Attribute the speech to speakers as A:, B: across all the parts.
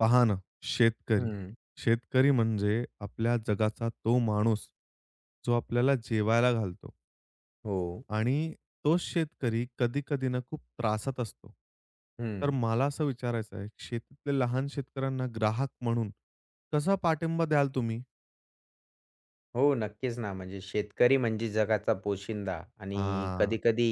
A: पहा ना, शेतकरी.
B: हं,
A: शेतकरी म्हणजे आपल्या जगाचा तो माणूस, जो आपल्याला जेवायला घालतो.
B: हो.
A: आणि तो शेतकरी कधी-कधी ना खूप त्रासात असतो. तर
B: हं.
A: मला असं विचारायचं आहे, शेतीतल्या लहान शेतकऱ्यांना ग्राहक म्हणून कसा पाठिंबा द्याल तुम्ही?
B: हो, नक्कीच ना. म्हणजे शेतकरी म्हणजे जगाचा पोशिंदा आणि
A: हां,
B: कधी-कधी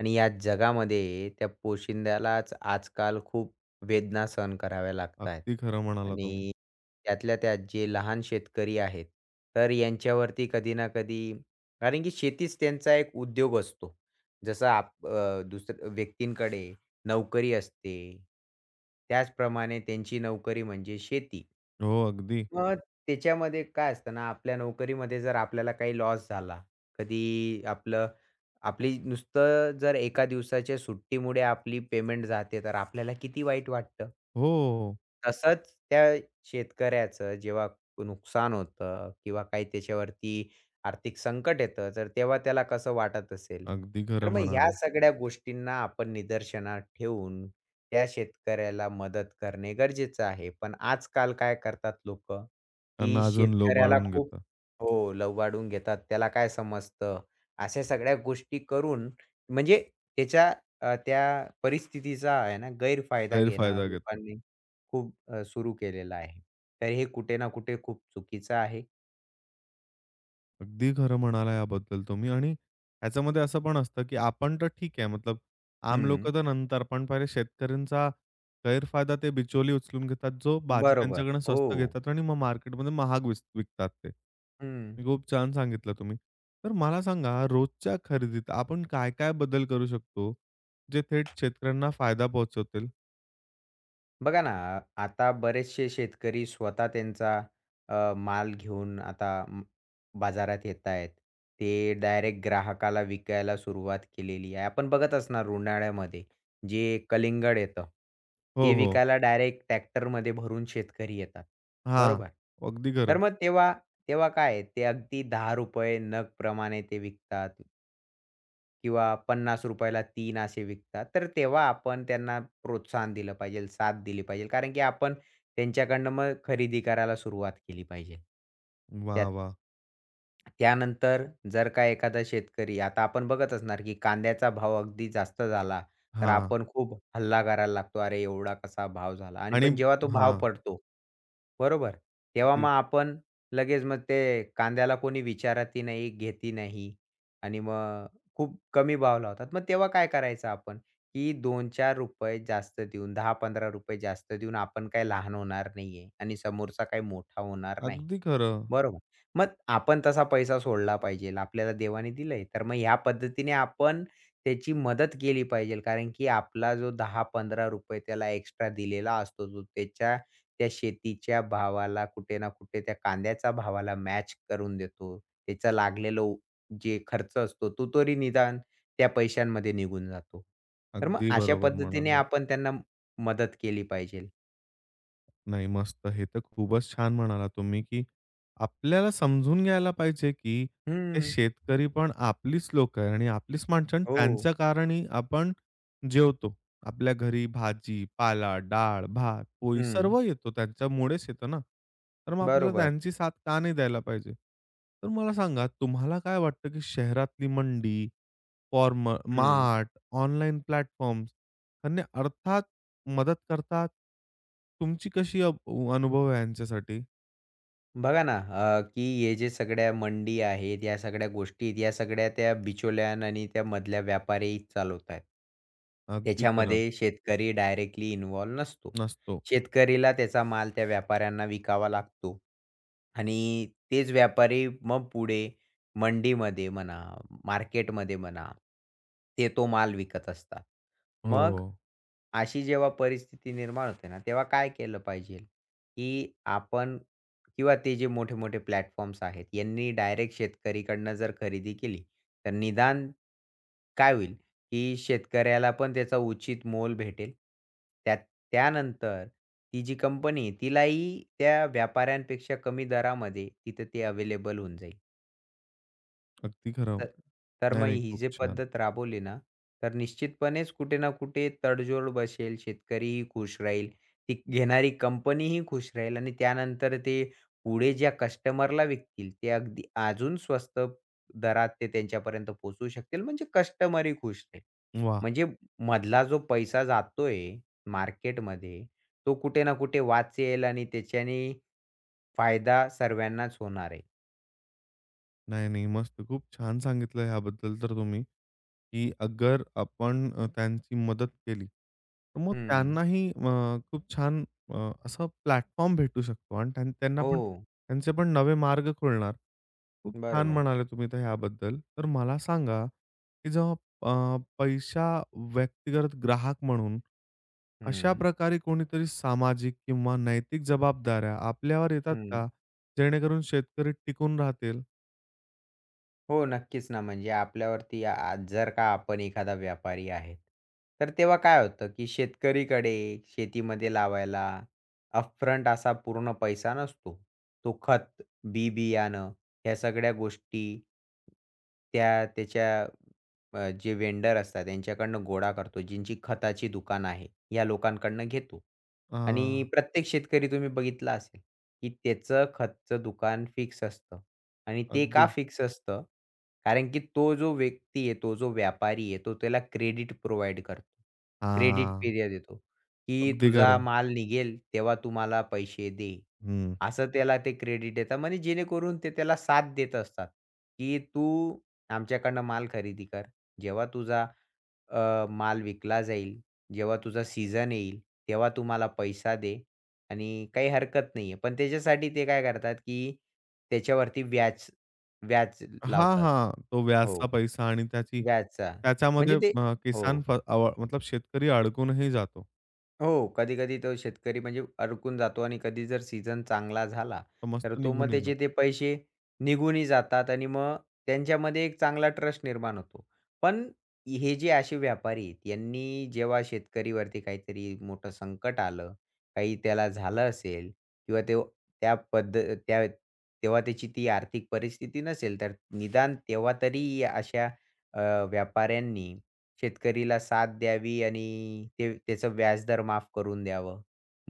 B: आणि या जगामध्ये त्या पोशिंद्यालाच आजकाल खूप वेदना सहन कराव्या लागत आहेत.
A: अगदी खरं म्हणाला तुम्ही.
B: आणि त्यातल्या त्यात जे लहान शेतकरी आहेत, तर यांच्यावरती कधी ना कधी कारण की शेतीच त्यांचा एक उद्योग असतो. जसा दुसऱ्या व्यक्तींकडे नोकरी असते, त्याचप्रमाणे त्यांची नोकरी म्हणजे शेती.
A: हो, अगदी.
B: मग त्याच्यामध्ये काय असतं ना, आपल्या नोकरीमध्ये जर आपल्याला काही लॉस झाला, कधी आपली नुसतं जर एका दिवसाच्या सुट्टीमुळे आपली पेमेंट जाते, तर आपल्याला किती वाईट वाटतं?
A: हो, हो, हो,
B: तसंच त्या शेतकऱ्याचं जेव्हा नुकसान होतं किंवा काही त्याच्यावरती आर्थिक संकट येतं, तर तेव्हा त्याला कसं वाटत असेल?
A: अगदी
B: तर
A: खरं
B: मग
A: म्हणाला.
B: ह्या सगळ्या गोष्टींना आपण निदर्शनात ठेवून त्या शेतकऱ्याला मदत करणे गरजेचं आहे. पण आजकाल काय करतात लोकं, की
A: त्यांना अजून
B: शेतकऱ्याला
A: लुबाडून
B: खूप
A: घेतात,
B: हो, लवाडून घेतात. त्याला काय समजतं? अशा सगळ्या गोष्टी करून म्हणजे त्याच्या त्या परिस्थितीचा आहे ना गैरफायदा घेणं
A: गैरफायदा घेतात.
B: लोकांनी खूप सुरू केलेलं आहे. तर हे कुठे ना कुठे खूप चुकीचं आहे.
A: अगदी खरं म्हणाला याबद्दल तुम्ही आणि ह्याच्यामध्ये असं पण असतं, की आपण तर ठीक आहे मतलब आम
B: हं.
A: लोकं तर नंतर, पण पहिले शेतकऱ्यांचा गैरफायदा ते बिचोली उचलून घेतात, जो भाजी
B: बरोबर.
A: त्यांच्याकडनं
B: हो.
A: स्वस्त घेतात आणि मग मार्केटमध्ये महाग विकतात ते.
B: हं.
A: हे खूप छान सांगितलं तुम्ही. तर मला सांगा रोजच्या खरेदीत आपण काय-काय बदल करू शकतो, जे थेट शेतकऱ्यांना फायदा पोहोचवतील?
B: बघा ना, आता बरेचसे शेतकरी स्वतः त्यांचा अ, माल घेऊन आता म बाजारात येत आहेत. ते डायरेक्ट ग्राहकाला विकायला सुरुवात केलेली आहे. आपण बघत असणार उन्हाळ्यामध्ये जे कलिंगड येतं,
A: हो,
B: ते
A: हो.
B: विकायला डायरेक्ट ट्रॅक्टरमध्ये भरून शेतकरी येतात,
A: हां,
B: बरोबर?
A: अगदी
B: तर
A: खरं.
B: मग तेव्हा तेव्हा काय आहे, ते अगदी ₹10 नग प्रमाणे ते विकतात. किंवा ₹50 ला 3 असे विकतात. तर तेव्हा आपण त्यांना प्रोत्साहन दिलं पाहिजे, साथ दिली पाहिजे. कारण की आपण त्यांच्याकडनं मग खरेदी करायला सुरुवात केली पाहिजे.
A: वाह,
B: त्यात
A: वाह!
B: त्यानंतर जर का एखादा शेतकरी आता आपण बघत असणार, की कांद्याचा भाव अगदी जास्त झाला, तर
A: हां
B: आपण खूप हल्ला करायला लागतो. "अरे, एवढा कसा भाव झाला?" आणि
A: आणि
B: पण जेव्हा तो भाव
A: हां.
B: पडतो बरोबर. तेव्हा
A: अगदी,
B: मग आपण लगेच ते कांद्याला कोणी विचारतही नाही, घेतही नाही आणि मग खूप कमी भाव लावतात. मग तेव्हा काय करायचं आपण, की ₹2-4 जास्त देऊन, ₹10-15 जास्त देऊन आपण काही लहान होणार नाहीये आणि समोरचा काही मोठा होणार नाही.
A: अगदी खरं.
B: बरोबर. मग आपण तसा पैसा सोडला पाहिजे. आपल्याला देवाने दिलंय. तर मग ह्या पद्धतीने आपण त्याची मदत केली पाहिजे. कारण की आपला जो ₹10-15 त्याला एक्स्ट्रा दिलेला असतो, तो त्याच्या त्या शेतीच्या भावाला कुठे ना कुठे त्या कांद्याच्या भावाला मॅच करून देतो. त्याचा लागलेला जे खर्च असतो, तो तरी निदान त्या पैशांमध्ये निघून जातो. तर मग
A: अगदी
B: अशा
A: बरोबर
B: पद्धतीने
A: म्हणाला.
B: आपण त्यांना मदत केली पाहिजे.
A: नाही मस्त. हे तर खूपच छान म्हणाला तुम्ही, की आपल्याला समजून घ्यायला पाहिजे, की ते
B: हं.
A: शेतकरी पण आपलीच लोकं आहे आणि आपलीच माणसं आणि
B: हो.
A: त्यांच्या कारणी आपण जेवतो. आपल्या घरी भाजी, पाला, डाळ, भात, पोळी
B: हं.
A: सर्व येतो. त्यांच्यामुळेच येतो ना. तर मग आपल्याला
B: बरोबर.
A: त्यांची साथ का नाही द्यायला पाहिजे? तर मला सांगा तुम्हाला काय वाटतं, की शहरातली मंडी फॉर्म
B: हं.
A: मार्ट ऑनलाईन प्लॅटफॉर्म्स त्यांनी अर्थात मदत करतात. तुमची कशी अनुभव आहे यांच्यासाठी?
B: बघा ना, की हे जे सगळ्या मंडी आहेत, या सगळ्या गोष्टी आहेत, या सगळ्या त्या बिचौलियान आणि त्या मधल्या व्यापारी चालवतायत.
A: अगदी खरं.
B: त्याच्यामध्ये शेतकरी डायरेक्टली इन्व्हॉल्व नसतो.
A: नसतो.
B: शेतकरीला त्याचा माल त्या व्यापाऱ्यांना विकावा लागतो आणि तेच व्यापारी मग पुढे मंडीमध्ये म्हणा, मार्केटमध्ये म्हणा, ते तो माल विकत असतात.
A: हो.
B: मग अशी जेव्हा परिस्थिती निर्माण होते ना, तेव्हा काय केलं पाहिजे, की आपण किंवा ते जे मोठे-मोठे प्लॅटफॉर्म्स आहेत, यांनी डायरेक्ट शेतकरीकडनं जर खरेदी केली, तर निदान काय होईल, की शेतकऱ्याला पण त्याचा उचित मोल भेटेल. त्यानंतर ती जी कंपनी आहे, तिलाही त्या व्यापाऱ्यांपेक्षा कमी दरामध्ये तिथं ते अवेलेबल होऊन जाईल.
A: अगदी खरं.
B: तर तर
A: नाही,
B: मग
A: नाही.
B: ही
A: खूप
B: जी
A: छान.
B: पद्धत राबवली ना, तर निश्चितपणेच कुठे ना कुठे तडजोड बसेल. शेतकरीही खुश राहील. ती घेणारी कंपनीही खुश राहील आणि त्यानंतर ते पुढे ज्या कस्टमरला विकतील, ते अगदी अजून स्वस्त दरात ते त्यांच्यापर्यंत पोहोचवू शकतील. म्हणजे कस्टमरही खुश राहील.
A: वाह!
B: म्हणजे मधला जो पैसा जातोय मार्केटमध्ये, तो कुठे ना कुठे वाचेल आणि त्याच्याने फायदा सर्वांनाच होणार आहे.
A: नाही, नाही. मस्त. खूप छान सांगितलं ह्याबद्दल तर तुम्ही. की अगर आपण त्यांची मदत केली, तर मग
B: हं.
A: त्यांनाही खूप छान असा प्लॅटफॉर्म भेटू शकतो आणि त्यांना
B: हो.
A: पण त्यांचे पण नवे मार्ग खुलणार. खूप छान
B: बरोबर.
A: म्हणाले तुम्ही तर ह्याबद्दल. तर मला सांगा, की जेव्हा पैसा व्यक्तिगत ग्राहक म्हणून अशा
B: हं,
A: प्रकारे कोणीतरी सामाजिक किंवा नैतिक जबाबदाऱ्या आपल्यावर येतात
B: हं.
A: का? जेणेकरून शेतकरी टिकून राहतील?
B: हो, नक्कीच ना. म्हणजे आपल्यावरती आज जर का आपण एखादा व्यापारी आहेत, तर तेव्हा काय होतं, की शेतकरीकडे शेतीमध्ये लावायला अपफ्रंट असा पूर्ण पैसा नसतो. तो खत, बी-बियाणं ह्या सगळ्या गोष्टी त्या त्याच्या जे वेंडर असतात त्यांच्याकडनं गोळा करतो. ज्यांची खताची दुकान आहे, या लोकांकडनं घेतो. आणि
A: हां,
B: प्रत्येक शेतकरी तुम्ही बघितला असेल, की त्याचं खतचं दुकान फिक्स असतं आणि ते
A: अगदी.
B: का फिक्स असतं? कारण की तो जो व्यक्ती आहे, तो जो व्यापारी आहे, तो त्याला क्रेडिट प्रोव्हाईड करतो. क्रेडिट
A: हां,
B: पिरियड देतो, की
A: अगदी
B: तुझा
A: खरं.
B: माल निघेल तेव्हा तू मला पैसे दे.
A: हं.
B: असं त्याला ते क्रेडिट देतात म्हणजे जेणेकरून ते त्याला साथ देत असतात, की तू आमच्याकडनं माल खरेदी कर. जेव्हा तुझा माल विकला जाईल, जेव्हा तुझा सीझन येईल, तेव्हा तू मला पैसा दे आणि काही हरकत नाहीये. पण त्याच्यासाठी ते काय करतात, की त्याच्यावरती व्याज व्याज
A: हां,
B: लावतात.
A: हां. तो व्याजचा
B: हो,
A: पैसा आणि त्याची
B: व्याजाचा.
A: त्याच्यामध्ये
B: म्हणजे ते हो.
A: किसान फ अव मतलब शेतकरी अडकूनही जातो.
B: हो, कधी-कधी तो शेतकरी म्हणजे अडकून जातो आणि कधी जर सीझन चांगला झाला,
A: तो
B: तर
A: मस्त
B: तो मग
A: निघूनही
B: त्याचे
A: जातो.
B: ते पैसे निघूनही जातात आणि मग त्यांच्यामध्ये एक चांगला ट्रस्ट निर्माण होतो. पण हे जे असे व्यापारी आहेत, यांनी जेव्हा शेतकरीवरती काहीतरी मोठं संकट आलं, काही त्याला झालं असेल किंवा तो त्या पद्ध त्या तेव्हा त्याची ती आर्थिक परिस्थिती नसेल, तर निदान तेव्हा तरी या अशा अ, व्यापाऱ्यांनी शेतकरीला साथ द्यावी आणि ते त्याचं व्याजदर माफ करून द्यावं.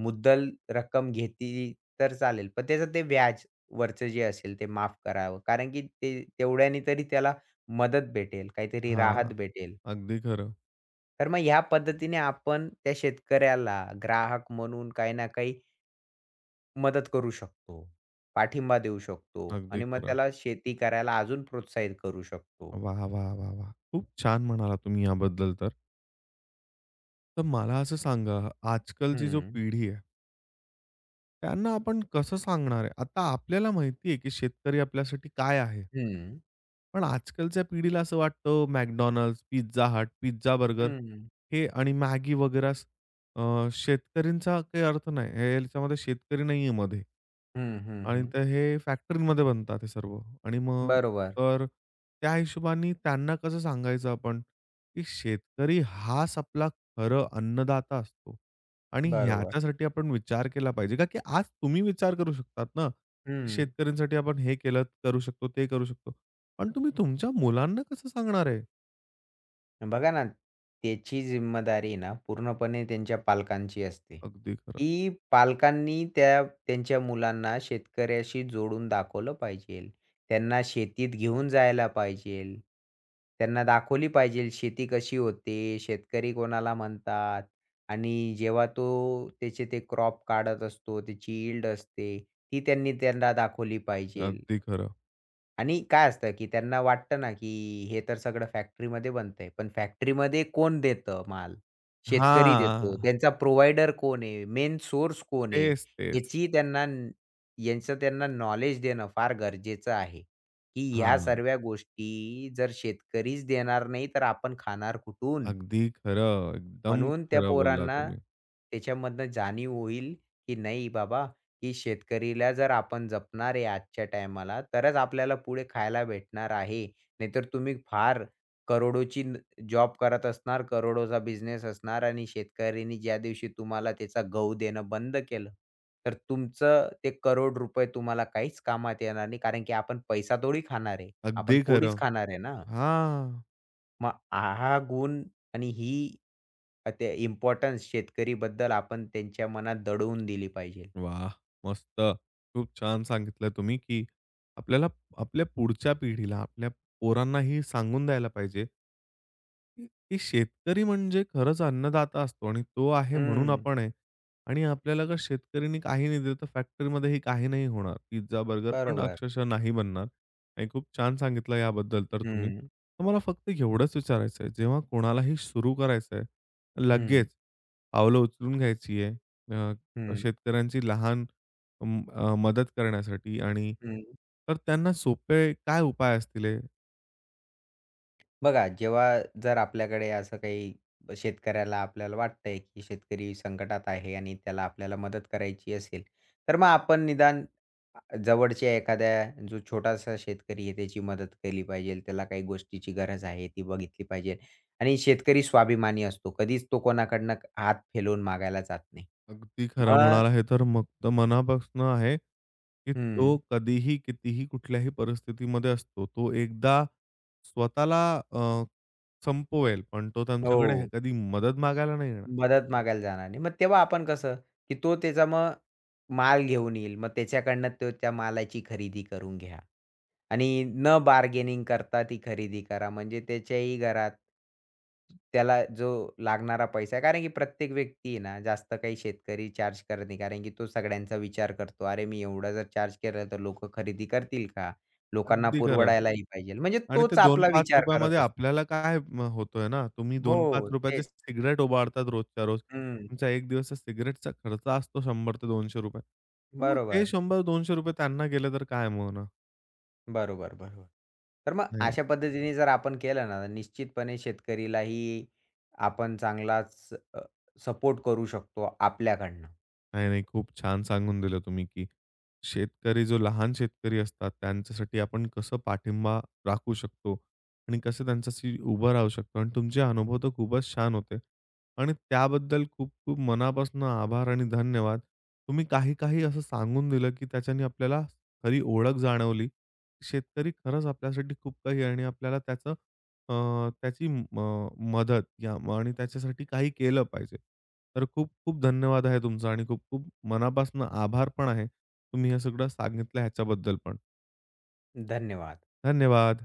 B: मुद्दल रक्कम घेतली तर चालेल, पण त्याचं ते व्याज वरचं जे असेल ते माफ करावं. कारण की ते तेवढ्याने तरी त्याला मदत भेटेल, काहीतरी
A: हां.
B: राहत भेटेल.
A: अगदी खरं.
B: तर मग ह्या पद्धतीने आपण त्या शेतकऱ्याला ग्राहक म्हणून काही ना काही मदत करू शकतो. पाठिंबा देऊ शकतो
A: अगदी
B: आणि मग
A: खरं.
B: त्याला शेती करायला अजून प्रोत्साहित करू शकतो.
A: वाह, वाह, वाह, वाह! खूप छान म्हणालात तुम्ही याबद्दल तर. तर मला असं सांगा, आजकालची जो
B: हं,
A: पिढी आहे, त्यांना आपण कसं सांगणार आहे? आता आपल्याला माहिती आहे, की शेतकरी आपल्यासाठी काय आहे?
B: हं,
A: पण आजकालच्या पिढीला असं वाटतं McDonald's, Pizza Hut, pizza burger
B: हं,
A: हे आणि Maggi वगैरे असं शेतकऱ्यांचा काही अर्थ नाही. हे याच्यामध्ये शेतकरी नाहीये मध्ये.
B: हं, हं,
A: आणि
B: हं.
A: तर हे फॅक्टरीमध्ये बनतात हे सर्व आणि मग
B: बरोबर.
A: तर त्या हिशोबाने त्यांना कसं सांगायचं आपण, की शेतकरी हाच आपला खरं अन्नदाता असतो. आणि
B: बरोबर.
A: ह्याच्यासाठी आपण विचार केला पाहिजे. का की आज तुम्ही विचार करू शकतात ना, की
B: हं.
A: शेतकऱ्यांसाठी आपण हे केलं, करू शकतो, ते करू शकतो. पण तुम्ही तुमच्या मुलांना कसं सांगणार आहे?
B: बघा ना, त्याची जिम्मेदारी ना पूर्णपणे त्यांच्या पालकांची असते,
A: अगदी खरं,
B: की पालकांनी त्या त्यांच्या मुलांना शेतकऱ्याशी जोडून दाखवलं पाहिजेल. त्यांना शेतीत घेऊन जायला पाहिजेल. त्यांना दाखवली पाहिजेल शेती कशी होते, शेतकरी कोणाला म्हणतात आणि जेव्हा तो त्याचे ते क्रॉप काढत असतो, त्याची यील्ड असते, ती त्यांनी त्यांना दाखवली पाहिजेल.
A: अगदी खरं.
B: आणि काय असतं, की त्यांना वाटतं ना, की हे तर सगळं फॅक्टरीमध्ये बनतंय. पण फॅक्टरीमध्ये कोण देतं माल? शेतकरी देतो.
A: हां.
B: त्यांचा प्रोव्हायडर कोण आहे? मेन सोर्स कोण आहे?
A: तेच, तेच.
B: याची त्यांना न- यांचं त्यांना नॉलेज देणं फार गरजेचं आहे, की ह्या
A: हां.
B: सर्व्या गोष्टी जर शेतकरीच देणार नाही, तर आपण खाणार कुठून?
A: अगदी खरं. एकदम
B: म्हणून त्या
A: खरं बोलला
B: पोरांना
A: तुम्ही.
B: त्याच्यामधनं जाणीव होईल, की नाही बाबा, की शेतकरीला जर आपण जपणार आहे आजच्या टायमाला, तरच आपल्याला पुढे खायला भेटणार आहे. नाहीतर तुम्ही फार करोडोची जॉब करत असणार, करोडोचा बिझनेस असणार आणि शेतकऱ्यांनी ज्या दिवशी तुम्हाला त्याचा गहू देणं बंद केलं, तर तुमचं ते करोड रुपये तुम्हाला काहीच कामात येणार नाही. कारण की आपण पैसा थोडी खाणार आहे.
A: अगदी
B: आपण
A: खरं.
B: पोळीच खाणार आहे ना.
A: हां.
B: मग हा गुण आणि ही ते इम्पोर्टन्स शेतकरीबद्दल आपण त्यांच्या मनात दडवून दिली पाहिजे.
A: वाह! मस्त. खूप छान सांगितलं तुम्ही, की आपल्याला आपल्या पुढच्या पिढीला, आपल्या पोरांना हे सांगून द्यायला पाहिजे की की शेतकरी म्हणजे खरंच अन्नदाता असतो आणि तो आहे म्हणून
B: हं,
A: आपण आहे. आणि आपल्याला जर शेतकरीने काही नाही दिलं, तर फॅक्टरीमध्येही काही नाही होणार. पिझ्झा, बर्गर पण
B: बरोबर.
A: अक्षरशः नाही बनणार. आणि खूप छान सांगितलं याबद्दल तर तुम्ही.
B: हं,
A: तर मला फक्त एवढंच विचारायचं आहे, जेव्हा कोणालाही सुरू करायचं आहे,
B: हं,
A: लगेच पावलं उचलून घ्यायची आहे,
B: हं,
A: शेतकऱ्यांची लहान मदत करण्यासाठी आणि
B: हं.
A: तर त्यांना सोपे काय उपाय असतील हे?
B: बघा, जेव्हा जर आपल्याकडे असं काही शेतकऱ्याला आपल्याला वाटतंय, की शेतकरी संकटात आहे आणि त्याला आपल्याला मदत करायची असेल, तर मग आपण निदान जवळच्या एखाद्या जो छोटासा शेतकरी आहे त्याची मदत केली पाहिजे. त्याला काही गोष्टीची गरज आहे ती बघितली पाहिजे आणि शेतकरी स्वाभिमानी असतो. कधीच तो कोणाकडनं हात फेलवून मागायला जात नाही.
A: अगदी खरं
B: मग
A: म्हणाला हे तर मुक्त मनापासनं आहे, की तो
B: हं.
A: कधीही, कितीही, कुठल्याही परिस्थितीमध्ये असतो. तो एकदा स्वतःला अ, संपवेल, पण तो त्यांच्याकडे
B: हो.
A: कधी मदत मागायला नाही येणार.
B: मदत मागायला जाणार नाही. मग तेव्हा आपण कसं, की तो त्याचा मग माल घेऊन येईल. मग त्याच्याकडनं तो त्या मालाची खरेदी करून घ्या आणि न बार्गेनिंग करता ती खरेदी करा. म्हणजे त्याच्याही घरात त्याला जो लागणारा पैसा आहे कारण की प्रत्येक व्यक्ती आहे ना, जास्त काही शेतकरी चार्ज करत नाही. कारण की तो सगळ्यांचा विचार करतो. अरे, मी एवढा जर चार्ज केला तर लोकं खरेदी करतील का? लोकांना हो.
A: अगदी खरं.
B: परवडायलाही पाहिजे. म्हणजे
A: आणि ते
B: तोच आपला विचार
A: ₹2-5 मध्ये
B: करत असतो.
A: आपल्याला काय होतोय ना, तुम्ही
B: हो,
A: ₹2-5 ची
B: तेच.
A: सिगारेट उभारतात रोजच्या रोज.
B: हं,
A: तुमचा एक दिवसचा सिगारेटचा खर्च असतो ₹100 ते ₹200. तर मग ते
B: बरोबर.
A: ₹100-200 त्यांना गेले तर काय मग ना?
B: बरोबर, बरोबर. तर मग
A: नाही.
B: अशा पद्धतीने जर आपण केलं ना, तर निश्चितपणे शेतकरीलाही आपण चांगलाच अ, सपोर्ट करू शकतो आपल्याकडनं.
A: नाही, नाही. खूप छान सांगून दिलं तुम्ही, की शेतकरी जो लहान शेतकरी असतात, त्यांच्यासाठी आपण कसं पाठिंबा राखू शकतो आणि कसं त्यांच्याशी उभं राहू शकतो आणि तुमचे अनुभव तर खूपच छान होते आणि त्याबद्दल खूप-खूप मनापासून आभार आणि धन्यवाद. तुम्ही काही-काही असं सांगून दिलं, की त्याच्याने आपल्याला खरी ओळख जाणवली. शेतकरी खरंच आपल्यासाठी खूप काही आहे आणि आपल्याला त्याची मदत या आणि त्याच्यासाठी काही केलं पाहिजे. तर खूप-खूप धन्यवाद आहे तुमचा आणि खूप-खूप मनापासून आभार पण आहे. तुम्ही हे सगळं सांगितलं ह्याच्याबद्दल पण.
B: धन्यवाद.
A: धन्यवाद.